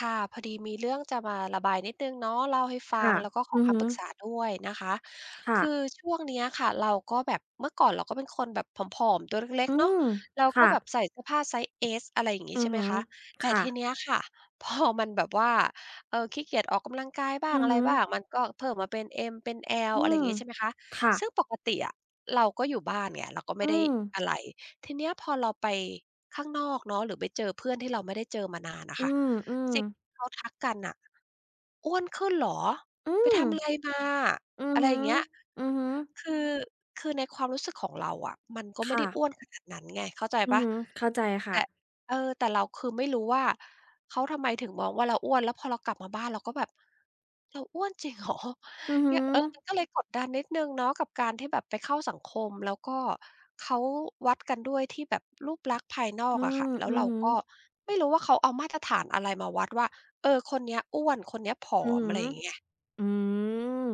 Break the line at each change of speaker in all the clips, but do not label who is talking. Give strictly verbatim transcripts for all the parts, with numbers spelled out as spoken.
ค่ะพอดีมีเรื่องจะมาระบายนิดหนึ่งเนาะเล่าให้ฟัง
ค่ะ
แล้วก็ขอ
อือ
คำ
ฮึ
ปรึกษาด้วยนะคะ
ค่ะ
คือช่วงเนี้ยค่ะเราก็แบบเมื่อก่อนเราก็เป็นคนแบบผอมๆตัวเล็ก
อื
ๆเนาะ
ม
เราก็
ค่ะ
แบบใส่เสื้อผ้าไซส์เอสอะไรอย่างงี้
อือ
ใช่ไหม
ฮึ
คะแต่
ค่ะ
ทีเนี้ยค่ะ พอมันแบบว่าเออขี้เกียจออกกำลังกายบ้าง
อือ
อะไร
ฮึ
บ้างมันก็เพิ่มมาเป็นเอ็มเป็น L อล
อื
อะไรอย่าง
ม
งี้ใช่ไหมคะ
ค่ะ
ซึ่งปกติอะเราก็อยู่บ้านไงเราก็ไม่
อื
ได้
ม
อะไรทีเนี้ยพอเราไป ข้างนอกเนาะหรือไปเจอเพื่อนที่เราไม่ได้เจอมานานน่ะ
อื
ค่ะ
มอืม
สิ่งที่เขาทักกันน่ะอ้วนขึ้นเหรอ
อื
ไป
ม
ทำอะไรมา
อือ
อะไรอ
ฮึ
ย่างเงี้ย
อือฮึ
คือคือในความรู้สึกของเราอะมันก็ไม่ได้
ค่ะ
อ้วนขนาดนั้นไงเข้าใจ
อื
เป
อ
ล่า
ฮึเข้าใจค่ะ
แต่เออแต่เราคือไม่รู้ว่าเขาทำไมถึงมองว่าเราอ้วนแล้วพอเรากลับมาบ้านเราก็แบบเราอ้วนจริงเหรอ
อือฮึ
เนี่ยเออมันก็เลยกดดันนิดหนึ่งเนาะกับการที่แบบไปเข้าสังคมแล้วก็เขาวัดกันด้วยที่แบบรูปลักษณ์ภายนอก
อื
อะค่ะ
ม
แล้ว
อือ
เรา
ฮึ
ก็ไม่รู้ว่าเขาเอามาตรฐานอะไรมาวัดว่าเออคนเนี้ยอ้วนคนเนี้ยผอ
อื
ม
อ
อะไรอ
ฮึ
ย่างเงี้ย
อืม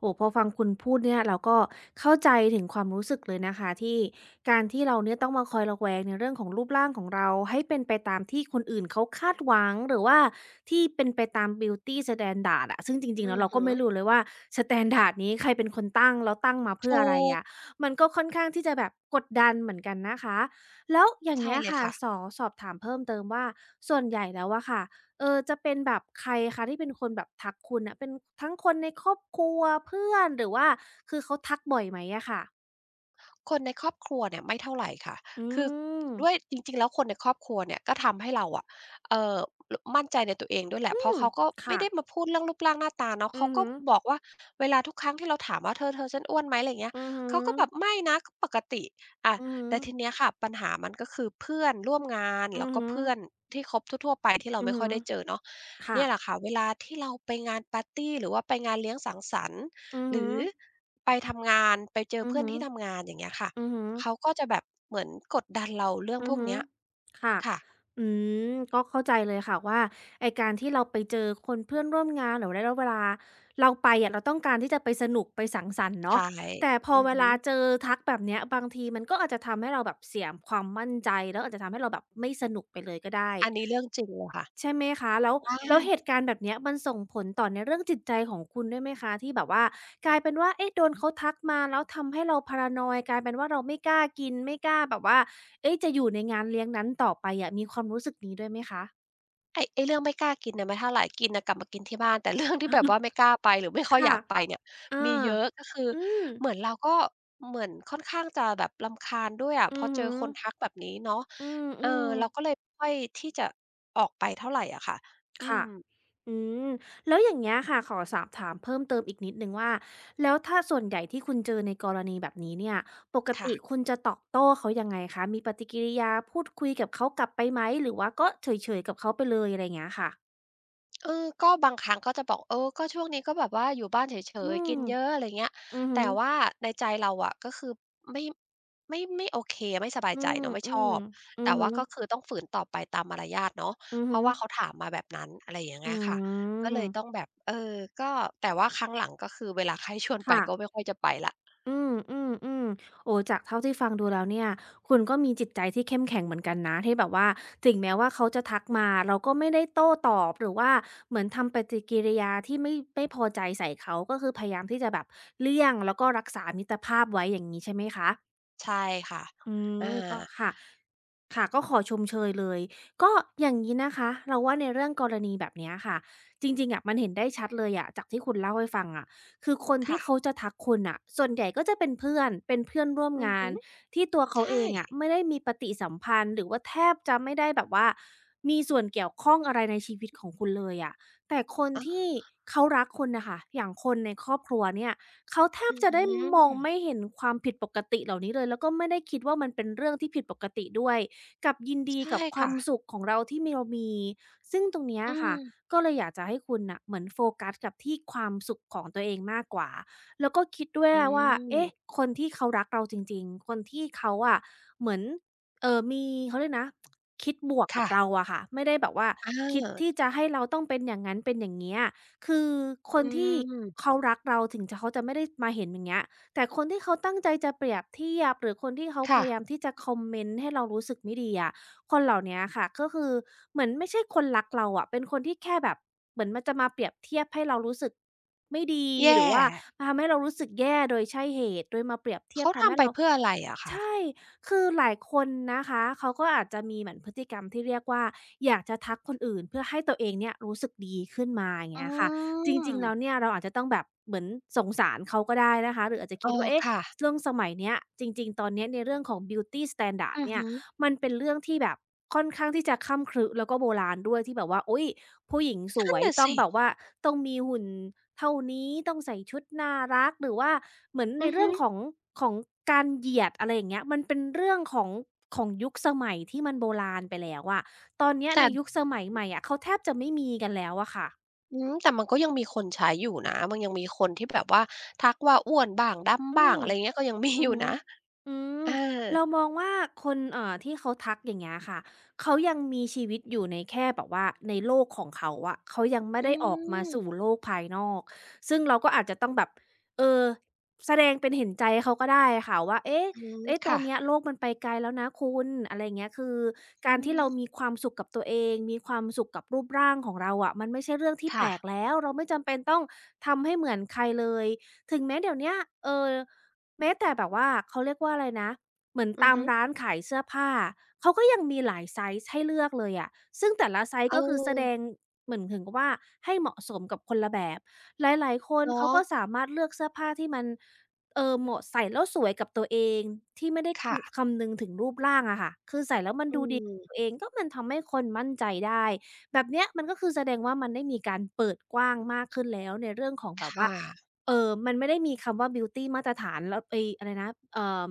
โอ้พอฟังคุณพูดเนี่ยเราก็เข้าใจถึงความรู้สึกเลยนะคะที่การที่เราเนี่ยต้องมาคอยระแวงในเรื่องของรูปร่างของเราให้เป็นไปตามที่คนอื่นเขาคาดหวังหรือว่าที่เป็นไปตามบิวตีสแตนดาร์ดอะซึ่งจริ
อื
งๆแล้ว
อ
เรา
ฮึ
ก็ไม่รู้เลยว่าสแตนดาร์ดนี้ใครเป็นคนตั้งแล้วตั้งมาเพื่อ
ถู
อะไร
ก
อะมันก็ค่อนข้างที่จะแบบกดดันเหมือนกันนะคะแล้วอย่าง
ใช่
เงี้ย
เลย
ค่ะ
ค่ะ
สอสอบถามเพิ่มเติมว่าส่วนใหญ่แล้วอะค่ะ เออจะเป็นแบบใครคะที่เป็นคนแบบทักคุณน่ะเป็นทั้งคนในครอบครัวเพื่อนหรือว่าคือเขาทักบ่อยไหมอะค่ะ
คนในครอบครัวเนี่ยไม่เท่าไรค่ะ
อื
คือ
ม
ด้วยจริงๆแล้วคนในครอบครัวเนี่ยก็ทำให้เราอะเอ่อรมั่นใจในตัวเองด้วยแหละ
อื
เพราะ
ม
เขาก็ไม่
ค่ะ
ได้มาพูดเรื่องรูปร่างหน้าตาเนาะ
อื
เขา
อ
ก็
ฮึ
บอกว่าเวลาทุกครั้งที่เราถามว่าเธอเธอฉันอ้วนไหมอะไรอย่างเงี้ย
อือฮึ
เขาก็แบบไม่นะก็ปกติอา
อือฮึ
แต่ทีเนี้ยค่ะปัญหามันก็คือเพื่อนร่วมงาน
อื
แล้ว
อ
ก็
ฮึ
เพื่อนที่คบทั่วๆไปที่เรา
อือ
ไม่ค่อย
ฮึ
ได้เจอเนาะ
ค่ะ
เนี่ยแหละค่ะเวลาที่เราไปงานปาร์ตีหรือว่าไปงานเลี้ยงสังสรรค์
อือ
ห
ฮึ
รือไปทำงานไปเจอ
อือ
เพื่อน
ฮึ
ที่ทำงานอย่างเงี้ยค่ะ
อือฮึ
เขาก็จะแบบเหมือนกดดันเราเรื่อง
อื
พ
อ
วก
ฮึ
เนี้ย
ค่ะ
ค่ะ
อืมก็เข้าใจเลยค่ะว่าไอ้การที่เราไปเจอคนเพื่อนร่วมงานหรือได้เวลาเราไปอะเราต้องการที่จะไปสนุกไปสังสรรค์เนาะ
ใช่
แต่พอ
อือ
เว
ฮึ
ลาเจอทักแบบเนี้ยบางทีมันก็อาจจะทำให้เราแบบเสียความมั่นใจแล้วอาจจะทำให้เราแบบไม่สนุกไปเลยก็ได้
อันนี้เรื่องจริงเลยค่ะ
ใช่ไหมคะแล้ว
ใช่
แล้วเหตุการณ์แบบเนี้ยมันส่งผลต่อในเรื่องจิตใจของคุณด้วยไหมคะที่แบบว่ากลายเป็นว่าเอ๊ะโดนเขาทักมาแล้วทำให้เรา paranoid กลายเป็นว่าเราไม่กล้ากินไม่กล้าแบบว่าเอ๊ะจะอยู่ในงานเลี้ยงนั้นต่อไปอะมีความรู้สึกนี้ด้วยไหมคะ
ไอ้ไอ้เรื่องไม่กล้ากินน่ะไม่เท่าไรกินน่ะกลับมากินที่บ้านแต่เรื่องที่แบบว่าไม่กล้าไปหรือไม่ค่อยอ
ค่ะ
ยากไปเนี่ย
อา
มีเยอะก็คือ
อืม
เหมือนเราก็เหมือนค่อนข้างจะแบบรำคาญด้วยอะพ
อื
อ
อ
เจอ
ฮึ
คนทักแบบนี้เนาะ
อื
เออ
ม
เราก็
ๆ
เลยไม่ค่อยที่จะออกไปเท่าไรอะค่ะอื
ค่ะ
ม
อืมแล้วอย่างเงี้ยค่ะขอสอบถามเพิ่มเติมอีกนิดหนึ่งว่า แล้วถ้าส่วนใหญ่ที่คุณเจอในกรณีแบบนี้เนี่ยปก
ค่ะ
ติคุณจะตอบโต้เขายังไงคะ มีปฏิกิริยาพูดคุยกับเขากลับไปไหม หรือว่าก็เฉยๆกับเขาไปเลยอะไรอย่างเงี้ยค่ะ
เออก็บางครั้งก็จะบอกเออก็ช่วงนี้ก็แบบว่าอยู่บ้านเฉ
อื
ยๆ
ม
กินเยอะอะไรเงี้ย
อือฮึ
แต่ว่าในใจเราอะก็คือไม่ไม่ไม่โอเคไม่สบาย
อื
ใจ
ม
เนาะไม่
ๆอื
ชอบ แต่
อฮึ
ว่าก็คือต้องฝืนต่อไปตามมารยาทเนาะ
อือ
เพ
ฮึ
ราะว่าเขาถามมาแบบนั้นอะไรอย่าง
อื
เงี้ยค่ะก็เลยต้อง
ม
แบบเออก็แต่ว่าครั้งหลังก็คือเวลาใครชวนไป
ค่ะ
ก็ไม่ค่อยจะไปแล้ว
อืมอืมอืมโอ้จากเท่าที่ฟังดูแล้วเนี่ย คุณก็มีจิตใจที่เข้มแข็งเหมือนกันนะที่แบบว่าถึงแม้ว่าเขาจะทักมาเราก็ไม่ได้โต้ตอบหรือว่าเหมือนทำปฏิกิริยาที่ไม่ไม่พอใจใส่เขาก็คือพยายามที่จะแบบเลี่ยงแล้วก็รักษามิตรภาพไว้อย่างนี้ใช่ไหมคะ
ใช่ค่ะ
อื
อา
มก็ค่ะค่ะก็ขอชมเชยเลยก็อย่างงี้นะคะเราว่าในเรื่องกรณีแบบเนี้ยค่ะจริงๆอะมันเห็นได้ชัดเลยอะจากที่คุณเล่าให้ฟังอะคือคนที่
ค่ะ
เขาจะทักคุณน่ะส่วนใหญ่ก็จะเป็นเพื่อนเป็นเพื่อนร่วม
อือ
งา
ฮึ
นที่ตัวเขาเอ
ใช่
งอะไม่ได้มีปฏิสัมพันธ์หรือว่าแทบจะไม่ได้แบบว่ามีส่วนเกี่ยวข้องอะไรในชีวิตของคุณเลยอะแต่คน
อะ
ที่เขารักคุณน่ะค่ะอย่างคนในครอบครัวเนี่ย เขาแท
อื
บ
อ
จะ
ฮ
ได้มอง
ึ
ไม่เห็นความผิดปกติเหล่านี้เลยแล้วก็ไม่ได้คิดว่ามันเป็นเรื่องที่ผิดปกติด้วยกลับยินดี
ใช่
กับควา
ค่ะ
มสุขของเราที่มีเรามีซึ่งตรงเนี้ย
อื
ค่ะ
ม
ก็เลยอยากจะให้คุณน่ะเหมือนโฟกัสกับที่ความสุขของตัวเองมากกว่าแล้วก็คิดด้วย
อื
ว่าเอ๊ะ
ม
คนที่เขารักเราจริงๆคนที่เขาอะเหมือนเอ่อมีเขาเรียกนะคิดบวกกับ
ค่ะ
เราอะค่ะไม่ได้แบบว่า
อ
คิดที่
า
จะให้เราต้องเป็นอย่างนั้นเป็นอย่างเงี้ย คือคน
อื
ที่
ม
เขารักเราถึงจะเขาจะไม่ได้มาเห็นอย่างเงี้ยแต่คนที่เขาตั้งใจจะเปรียบเทียบหรือคนที่เขาพ
ค่ะ
ยายามที่จะคอมเมนต์ให้เรารู้สึกไม่ดีอะคนเหล่าเนี้ยค่ะก็คือเหมือนไม่ใช่คนรักเราอะเป็นคนที่แค่แบบเหมือนมันจะมาเปรียบเทียบให้เรารู้สึกไม่ดีห
แย่
รือว่ามาทำให้เรารู้สึกแย่โดยใช่เหตุโดยมาเปรียบเทียบ
เขา
ทำให้
ทำไป
เรา
เพื่ออะไรอะคะ
ใช่ คือหลายคนนะคะ เขาก็อาจจะมีเหมือนพฤติกรรมที่เรียกว่า อยากจะทักคนอื่นเพื่อให้ตัวเองเนี่ยรู้สึกดีขึ้นมาอย่าง
อื
เงี้ยค่ะจริงๆแล้ว
ม
เนี่ยเราอาจจะต้องแบบเหมือนสงสารเขาก็ได้นะคะ หรืออาจจะ
เอ
คิด
อ
ว่าเอ๊ะ
ค่ะ
เรื่องสมัยเนี้ยจริงๆตอนเนี้ยในเรื่องของบิวตีสแตนดาร์ด
อือ
เนี่ย
ฮึ
มันเป็นเรื่องที่แบบค่อนข้างที่จะค่ำครึแล้วก็โบราณด้วยที่แบบว่าอุ๊ยผู้หญิงส
นั่
ว
น
ย
น่ะ
ต้อง
สิ
แบบว่าต้องมีหุ่นเท่านี้ต้องใส่ชุดน่ารักหรือว่าเหมือนใน
อือ
เรื่
ฮึ
องของของการเหยียดอะไรอย่างเงี้ยมันเป็นเรื่องของของยุคสมัยที่มันโบราณไปแล้วอะตอนเนี้ย
แต่
ในยุคสมัยใหม่อะเขาแทบจะไม่มีกันแล้วอะค่ะ
อืมแต่มันก็ยังมีคนใช้อยู่นะมันยังมีคนที่แบบว่าทักว่าอ้วนบ้างดำ
อื
บ้าง
ม
อะไรเงี้ยก็ยังมี
อื
อ
อ
ยู่
ฮึ
นะ
อืม
เออ
เรามองว่าคนเอ่อที่เขาทักอย่างเงี้ยค่ะเขายังมีชีวิตอยู่ในแค่แบบว่าในโลกของเขาอะเขายังไม่
อื
ได้ออกมาสู่
ม
โลกภายนอกซึ่งเราก็อาจจะต้องแบบเออแสดงเป็นเห็นใจเขาก็ได้ค่ะว่าเอ๊ะ
อืม
เอ๊ะตอน
ค่ะ
เนี้ยโลกมันไปไกลแล้วนะคุณอะไรอย่างเงี้ยคือ
อื
การที่เรามี
ม
ความสุขกับตัวเองมีความสุขกับรูปร่างของเราอะมันไม่ใช่เรื่องที่แปล
ค่ะ
กแล้วเราไม่จำเป็นต้องทำให้เหมือนใครเลยถึงแม้เดี๋ยวเนี้ยเอ่อ แม้แต่แบบว่าเขาเรียกว่าอะไรนะเหมือน
อือ
ตาม
ฮึ
ร้านขายเสื้อผ้าเขาก็ยังมีหลายไซซ์ให้เลือกเลยอะซึ่งแต่ละไซซ์
เอ
ก็คือแสดง
อ
เหมือนถึงกับว่าให้เหมาะสมกับคนละแบบหลายๆคน
เนา
เขาก็
ะ
สามารถเลือกเสื้อผ้าที่มันเอ่อเหมาะใส่แล้วสวยกับตัวเองที่ไม่ได้อือ
ค่ะ
คำนึงถึงรูปร่างอะค่ะคือใส่แล้วมัน
อื
ดูดีตั
ม
วเองก็มันทำให้คนมั่นใจได้แบบเนี้ยมันก็คือแสดงว่ามันได้มีการเปิดกว้างมากขึ้นแล้วในเรื่องของแบบว่า
ค่ะ
เอ่อมันไม่ได้มีคำว่าบิวตีมาตรฐานแล้วไอ้อะไรนะเอ่อ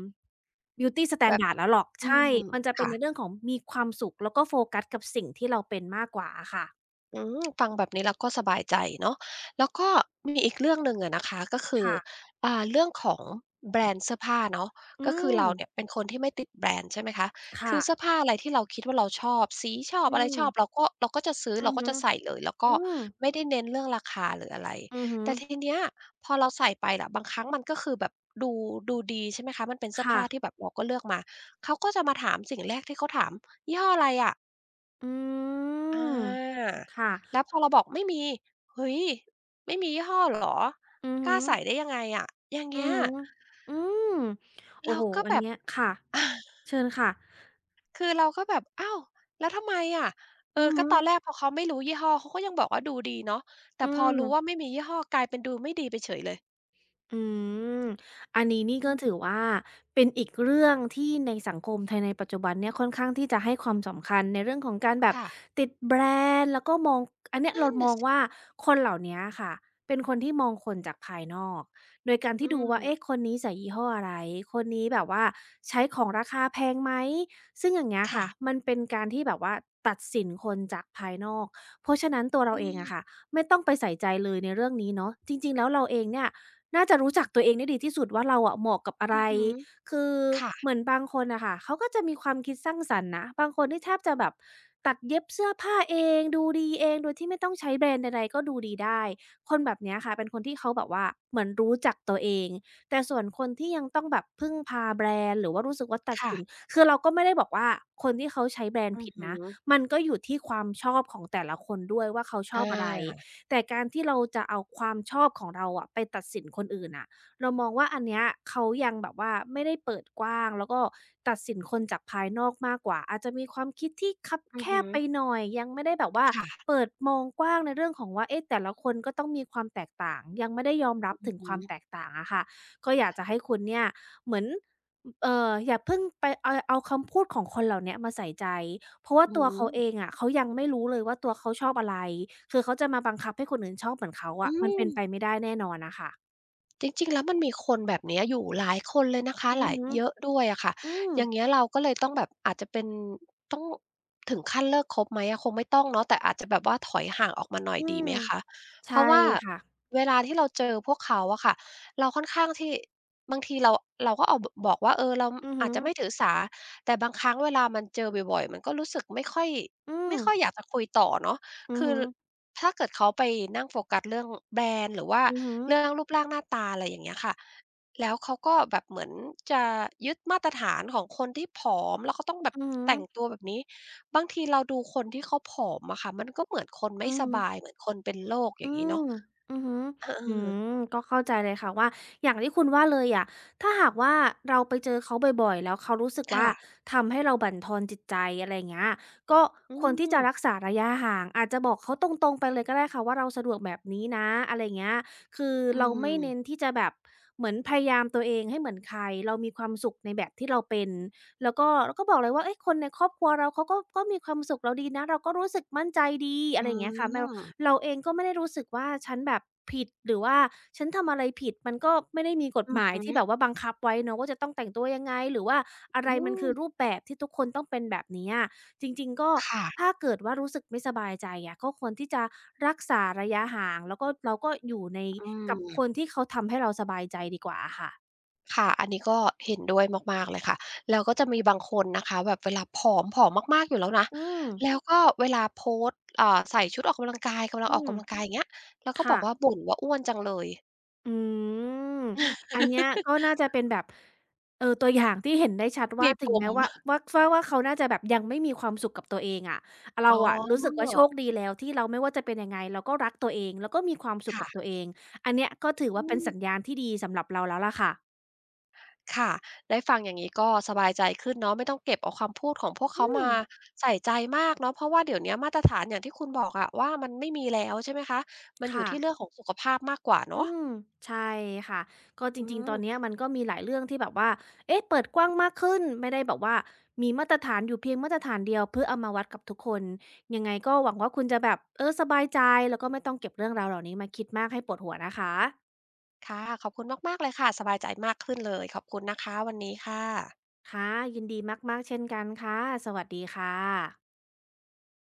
บิวตีสแต
แบ
น
บ
ดาร์ดแล้วหรอก
อื
ใช่
ม
มมันจะเป็น
ค่ะ
ในเรื่องของมีความสุขแล้วก็โฟกัสกับสิ่งที่เราเป็นมากกว่าอะค่ะ
อืมฟังแบบนี้แล้วก็สบายใจเนาะแล้วก็มีอีกเรื่องหนึ่งอะนะคะก็คือ
ค่ะ
อ่าเรื่องของแบรนด์เสื้อผ้าเนาะ
อื
ก็คือ
ม
เราเนี่ยเป็นคนที่ไม่ติดแบรนด์ใช่ไหมคะคือเสื้อ
ค่ะ
ผ้าอะไรที่เราคิดว่าเราชอบสีชอบ
อื
อะไรช
ม
อบเราก็เราก็จะซื้อ
อื
เรา
อ
ก็
ฮึ
จะใส่เลยแล้วก็
อืม
ไม่ได้เน้นเรื่องราคาหรืออะไร
อือฮึ
แต่ทีเนี้ยพอเราใส่ไปล่ะบางครั้งมันก็คือแบบดูดูดีใช่ไหมคะมันเป็นเสื้อ
ค่ะ
ผ้าที่แบบเราก็เลือกมาเขาก็จะมาถามสิ่งแรกที่เขาถามยี่ห้ออะไรอะ
อื
อ
ม
า
ค่ะ
แล้วพอเราบอกไม่มีเฮ้ยไม่มียี่ห้อเหรอ
อือ
ก
ฮึ
ล้าใส่ได้ยังไงอะอย่าง
อื
เงี้
อ
ย
ฮึอืมโอ้
เรา
โฮ
ก็
อั
แบ
น
บ
เนี้ยค่ะ เชิญค่ะ
คือเราก็แบบอ้าวแล้วทำไมอะเอ
อื
อ
อ
ก็
ฮึ
ตอนแรกพอเขาไม่รู้ยี่ห้อเขาก็ยังบอกว่าดูดีเนาะแต่
อื
พอรู้ว่า
ม
ไม่มียี่ห้อกลายเป็นดูไม่ดีไปเฉยเลย
อืมอันนี้นี่
อื
ก็ถือ
ม
ว่าเป็นอีกเรื่องที่ในสังคมไทยในปัจจุบันเนี่ยค่อนข้างที่จะให้ความสำคัญในเรื่องของการแบบ
ค่ะ
ติดแบรนด์แล้วก็มองอันเนี้ย
นั่
เรา
น
ม
น่ะ
อง
สิ
ว่าคนเหล่าเนี้ยค่ะเป็นคนที่มองคนจากภายนอกโดยการ
อื
ที่ดูว่าเอ๊ะ
ม
คนนี้ใส่ยี่ห้ออะไรคนนี้แบบว่าใช้ของราคาแพงไหมซึ่งอย่างเงี้ย
ค่ะ
ค่ะมันเป็นการที่แบบว่าตัดสินคนจากภายนอกเพราะฉะนั้นตัวเรา
อื
เองอะ
ม
ค่ะไม่ต้องไปใส่ใจเลยในเรื่องนี้เนาะจริงๆแล้วเราเองเนี่ย น่าจะรู้จักตัวเองได้ดีที่สุดว่าเราอะเหมาะกับอะ
อื
ไร
อฮึ
คือ
ค
เหมือนบางคนน่ะค่ะเขาก็จะมีความคิดสร้างสรรค์นะบางคนนี่แทบจะแบบตัดเย็บเสื้อผ้าเองดูดีเองโดยที่ไม่ต้องใช้แบรนด์ใดๆก็ดูดีได้คนแบบเนี้ยค่ะเป็นคนที่เขาแบบว่าเหมือนรู้จักตัวเองแต่ส่วนคนที่ยังต้องแบบพึ่งพาแบรนด์หรือว่ารู้สึกว่าตัด
่ะ
สิน
ๆ
คือเราก็ไม่ได้บอกว่าคนที่เขาใช้แบรนด์
อือ
ผิด
ฮึ
นะมันก็อยู่ที่ความชอบของแต่ละคนด้วยว่าเขาช
อ
อบอะไร
า
แต่การที่เราจะเอาความชอบของเราอะไปตัดสินคนอื่นน่ะเรามองว่าอันเนี้ยเขายังแบบว่าไม่ได้เปิดกว้างแล้วก็ตัดสินคนจากภายนอกมากกว่าอาจจะมีความคิดที่คับ
อื
แค
อฮึ
บไปหน่อยยังไม่ได้แบบว่า
ค่ะ
เปิดมองกว้างในเรื่องของว่าเอ๊ะแต่ละคนก็ต้องมีความแตกต่างยังไม่ได้ยอมรับ
อือ
ถึง
ฮึ
ความแตกต่างอะค่ะก็อยากจะให้คุณเนี่ยเหมือนเอ่ออย่าเพิ่งไปเอาเอาคำพูดของคนเหล่าเนี้ยมาใส่ใจ เพราะว่า
อือ
ตัวเขาเองอะเขายังไม่รู้เลยว่าตัวเขาชอบอะไรคือเขาจะมาบังคับให้คนอื่นชอบเหมือนเขา
อื
อะมัน
ม
เป็นไปไม่ได้แน่นอนน่ะค่ะ
จริงๆ แล้วมันมีคนแบบเนี้ยอยู่หลายคนเลยนะคะ
อื
ห
อ
ลาย
ฮึ
เยอะด้วยอะค่ะ
อืม
อย่างเงี้ยเราก็เลยต้องแบบอาจจะเป็นต้องถึงขั้นเลิกคบไหมอะคงไม่ต้องเนาะแต่อาจจะแบบว่าถอยห่างออกมาหน่อย
อื
ดี
ม
ไหมคะเพ
ใช่
ราะว่า
ค่ะ
เวลาที่เราเจอพวกเขาอะค่ะเราค่อนข้างที่บางทีเราเราก็เอาบบอกว่าเออเรา
อือ
อา
ฮึ
จจะไม่ถือสาแต่บางครั้งเวลามันเจอบ่อยๆมันก็รู้สึกไม่ค่อย
อืม
ไม่ค่อยอยากจะคุยต่อเนาะ
อือ
คือ
ฮึ
ถ้าเกิดเขาไปนั่งโฟกัสเรื่องแบรนด์หรือว่า
อือฮึ
เรื่องรูปร่างหน้าตาอะไรอย่างเงี้ยค่ะแล้วเขาก็แบบเหมือนจะยึดมาตรฐานของคนที่ผอมแล้วก็ต้องแบบ
อือฮึ
แต่งตัวแบบนี้ บางทีเราดูคนที่เขาผอมอะค่ะมันก็เหมือนคนไม่
อือ
ส
ฮึ
บายเหมือนคนเป็นโรคอ
อื
ย่างงี้
ม
เนาะ
อือฮึ
เอ
อื
อๆ
มก็เข้าใจเลยค่ะว่าอย่างที่คุณว่าเลยอะถ้าหากว่าเราไปเจอเขาบ่อยๆแล้วเขารู้สึกว่า
ค่ะ
ทำให้เราบั่นทอนจิตใจอะไรอย่างเงี้ยก็
อื
ควรที่จะ
ม
รักษาระยะห่างอาจจะบอกเขาตรงๆไปเลยก็ได้ค่ะว่าเราสะดวกแบบนี้นะอะไรอย่างเงี้ยคือ
อื
เราไม่เน้น
ม
ที่จะแบบเหมือนพยายามตัวเองให้เหมือนใครเรามีความสุขในแบบที่เราเป็นแล้วก็เราก็บอกเลยว่าเฮ้ยคนในครอบครัวเราเขาก็ก็มีความสุขเราดีนะเราก็รู้สึกมั่นใจดีอะ
อื
ไรอย่างเงี้ยค่ะแมว
ม
เราเองก็ไม่ได้รู้สึกว่าฉันแบบผิดหรือว่าฉันทำอะไรผิดมันก็ไม่ได้มีกฎ
อื
ห
อ
มาย
ฮึ
ที่แบบว่าบังคับไว้เนาะว่าจะต้องแต่งตัวยังไงหรือว่าอะ
อื
ไรมัน
ม
คือรูปแบบที่ทุกคนต้องเป็นแบบนี้อะจริงๆก็
ค่ะ
ถ้าเกิดว่ารู้สึกไม่สบายใจอะก็ควรที่จะรักษาระยะห่างแล้วก็เราก็อยู่ใน
อื
กับค
ม
นที่เขาทำให้เราสบายใจดีกว่าอะค่ะ
ค่ะ อันนี้ก็เห็นด้วยมากๆเลยค่ะ แล้วก็จะมีบางคนนะคะแบบเวลาผอมผอมมากๆอยู่แล้วนะ
อืม
แล้วก็เวลาโพสต์อ่าใส่ชุดออกกำลังกายกำลัง
อื
ออก
ม
กำลังกายอย่างเงี้ยแล้วก็บอ
ค่ะ
กว่าบ่นว่าอ้วนจังเลย
อืมอันเนี้ยก็น่าจะเป็นแบบเออตัวอย่างที่เห็นได้ชัดว่า
มีป
ถึง
ม
แม้ว่าว่าว่าว่าเขาน่าจะแบบยังไม่มีความสุขกับตัวเองอะ
อ๋
เราอะรู้สึกว่า
อ
โชคดีแล้วที่เราไม่ว่าจะเป็นยังไงเราก็รักตัวเองแล้วก็มีความสุขกับตั
ค่ะ
วเองอันเนี้ยก็ถือว่า
อื
เป็น
ม
สัญญาณที่ดีสำหรับเราแล้วล่ะค่ะ
ค่ะได้ฟังอย่างงี้ก็สบายใจขึ้นเนาะไม่ต้องเก็บเอาคำพูดของพวก
อื
เขามา
ม
ใส่ใจมากเนาะเพราะว่าเดี๋ยวเนี้ยมาตรฐานอย่างที่คุณบอกอะว่ามันไม่มีแล้วใช่ไหมคะมันอยู่
ค่ะ
ที่เรื่องของสุขภาพมากกว่า
อื
เนาะ
มใช่ค่ะก็จ
อื
ริงๆ
ม
ตอนเนี้ยมันก็มีหลายเรื่องที่แบบว่าเอ๊ะเปิดกว้างมากขึ้นไม่ได้แบบว่ามีมาตรฐานอยู่เพียงมาตรฐานเดียวเพื่อเอามาวัดกับทุกคนยังไงก็หวังว่าคุณจะแบบเออสบายใจแล้วก็ไม่ต้องเก็บเรื่องราวเหล่านี้มาคิดมากให้ปวดหัวนะคะ
ค่ะขอบคุณมากๆเลยค่ะสบายใจมากขึ้นเลยขอบคุณนะคะวันนี้ค่ะ
ค่ะยินดีมากๆเช่นกันค่ะสวัสดีค่ะ